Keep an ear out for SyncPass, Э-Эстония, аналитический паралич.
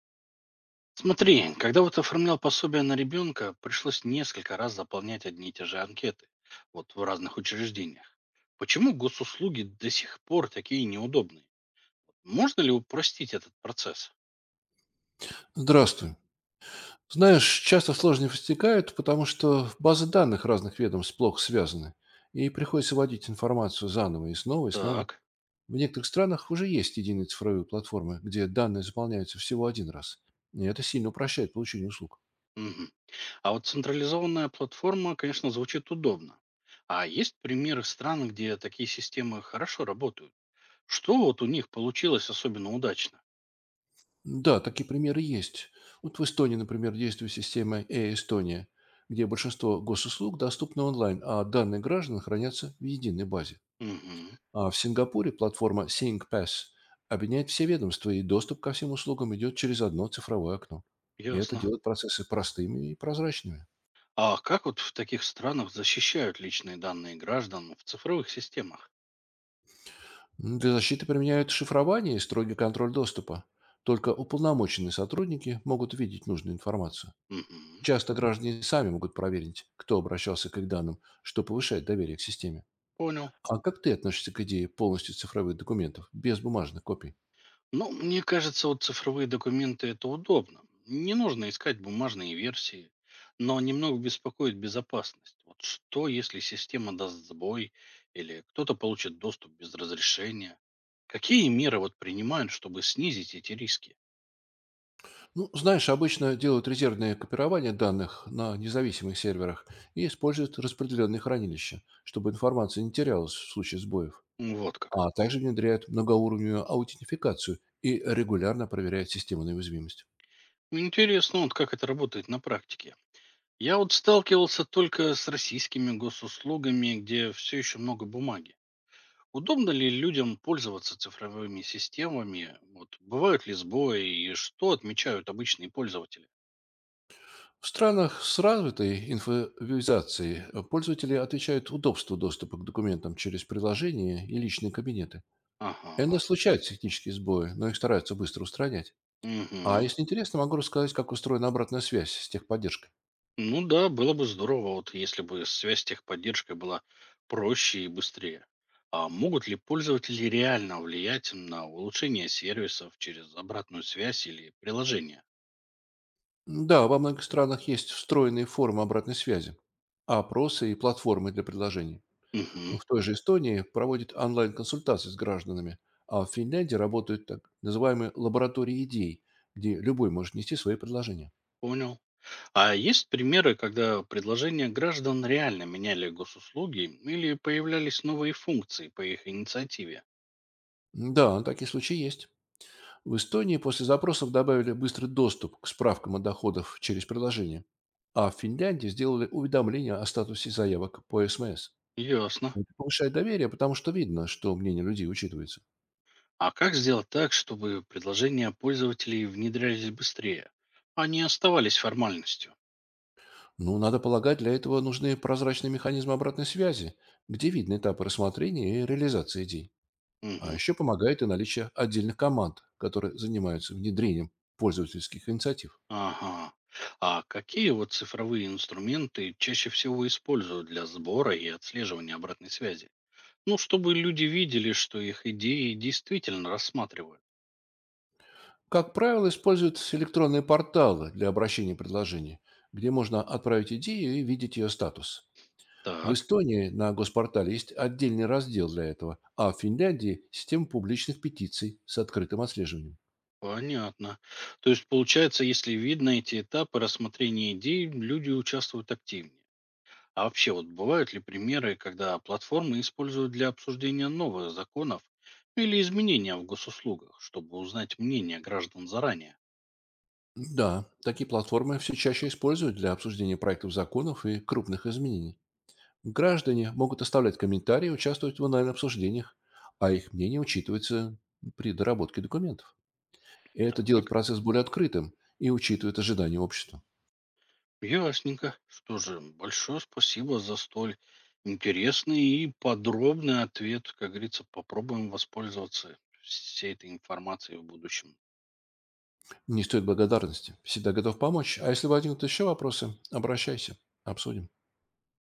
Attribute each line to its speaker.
Speaker 1: Смотри, когда вот оформлял пособие на ребенка, пришлось несколько раз заполнять одни и те же анкеты, вот в разных учреждениях. Почему госуслуги до сих пор такие неудобные? Можно ли упростить этот процесс?
Speaker 2: Здравствуй. Знаешь, часто сложности возникают, потому что базы данных разных ведомств плохо связаны, и приходится вводить информацию заново и снова и снова.
Speaker 1: Так.
Speaker 2: В некоторых странах уже есть единые цифровые платформы, где данные заполняются всего один раз. И это сильно упрощает получение услуг.
Speaker 1: Мгм. А вот централизованная платформа, конечно, звучит удобно. А есть примеры стран, где такие системы хорошо работают? Что вот у них получилось особенно удачно?
Speaker 2: Да, такие примеры есть. Вот в Эстонии, например, действует система «Э-Эстония», где большинство госуслуг доступны онлайн, а данные граждан хранятся в единой базе.
Speaker 1: Угу.
Speaker 2: А в Сингапуре платформа SyncPass объединяет все ведомства, и доступ ко всем услугам идет через одно цифровое окно. И это
Speaker 1: Ясно.
Speaker 2: делает процессы простыми и прозрачными.
Speaker 1: А как вот в таких странах защищают личные данные граждан в цифровых системах?
Speaker 2: Для защиты применяют шифрование и строгий контроль доступа. Только уполномоченные сотрудники могут видеть нужную информацию.
Speaker 1: Мгм.
Speaker 2: Часто граждане сами могут проверить, кто обращался к их данным, что повышает доверие к системе.
Speaker 1: Понял.
Speaker 2: А как ты относишься к идее полностью цифровых документов, без бумажных копий?
Speaker 1: Ну, мне кажется, вот цифровые документы это удобно. Не нужно искать бумажные версии. Но немного беспокоит безопасность. Вот что, если система даст сбой или кто-то получит доступ без разрешения? Какие меры вот принимают, чтобы снизить эти риски?
Speaker 2: Ну, знаешь, обычно делают резервное копирование данных на независимых серверах и используют распределенные хранилища, чтобы информация не терялась в случае сбоев.
Speaker 1: Вот как.
Speaker 2: А также внедряют многоуровневую аутентификацию и регулярно проверяют систему на уязвимость.
Speaker 1: Интересно, вот как это работает на практике. Я вот сталкивался только с российскими госуслугами, где все еще много бумаги. Удобно ли людям пользоваться цифровыми системами? Вот, бывают ли сбои и что отмечают обычные пользователи?
Speaker 2: В странах с развитой инфовизацией пользователи отвечают удобству доступа к документам через приложения и личные кабинеты.
Speaker 1: Ага.
Speaker 2: Иногда случаются технические сбои, но их стараются быстро устранять. А
Speaker 1: Мгм.
Speaker 2: если интересно, могу рассказать, как устроена обратная связь с техподдержкой.
Speaker 1: Ну да, было бы здорово, вот если бы связь с техподдержкой была проще и быстрее. А могут ли пользователи реально влиять на улучшение сервисов через обратную связь или приложение?
Speaker 2: Да, во многих странах есть встроенные формы обратной связи, опросы и платформы для предложений.
Speaker 1: Угу.
Speaker 2: В той же Эстонии проводят онлайн-консультации с гражданами, а в Финляндии работают так называемые лаборатории идей, где любой может нести свои предложения.
Speaker 1: Понял. А есть примеры, когда предложения граждан реально меняли госуслуги или появлялись новые функции по их инициативе?
Speaker 2: Да, такие случаи есть. В Эстонии после запросов добавили быстрый доступ к справкам о доходах через приложение, а в Финляндии сделали уведомления о статусе заявок по СМС.
Speaker 1: Ясно.
Speaker 2: Это повышает доверие, потому что видно, что мнение людей учитывается.
Speaker 1: А как сделать так, чтобы предложения пользователей внедрялись быстрее, а не оставались формальностью?
Speaker 2: Ну, надо полагать, для этого нужны прозрачные механизмы обратной связи, где видны этапы рассмотрения и реализации идей. А
Speaker 1: Мгм.
Speaker 2: еще помогает и наличие отдельных команд, которые занимаются внедрением пользовательских инициатив.
Speaker 1: Ага. А какие вот цифровые инструменты чаще всего используют для сбора и отслеживания обратной связи? Ну, чтобы люди видели, что их идеи действительно рассматривают.
Speaker 2: Как правило, используют электронные порталы для обращения предложений, где можно отправить идею и видеть ее статус. В
Speaker 1: Так.
Speaker 2: Эстонии на госпортале есть отдельный раздел для этого, а в Финляндии– система публичных петиций с открытым отслеживанием.
Speaker 1: Понятно. То есть, получается, если видно эти этапы рассмотрения идей, люди участвуют активнее. А вообще, вот бывают ли примеры, когда платформы используют для обсуждения новых законов или изменения в госуслугах, чтобы узнать мнение граждан заранее?
Speaker 2: Да, такие платформы все чаще используют для обсуждения проектов законов и крупных изменений. Граждане могут оставлять комментарии и участвовать в онлайн-обсуждениях, а их мнение учитывается при доработке документов. И это делает
Speaker 1: Так,
Speaker 2: процесс более открытым и учитывает ожидания общества.
Speaker 1: ясненько. Что же, большое спасибо за столь интересный и подробный ответ. Как говорится, попробуем воспользоваться всей этой информацией в будущем.
Speaker 2: Не стоит благодарности. Всегда готов помочь. А если возникнут еще вопросы, обращайся. Обсудим.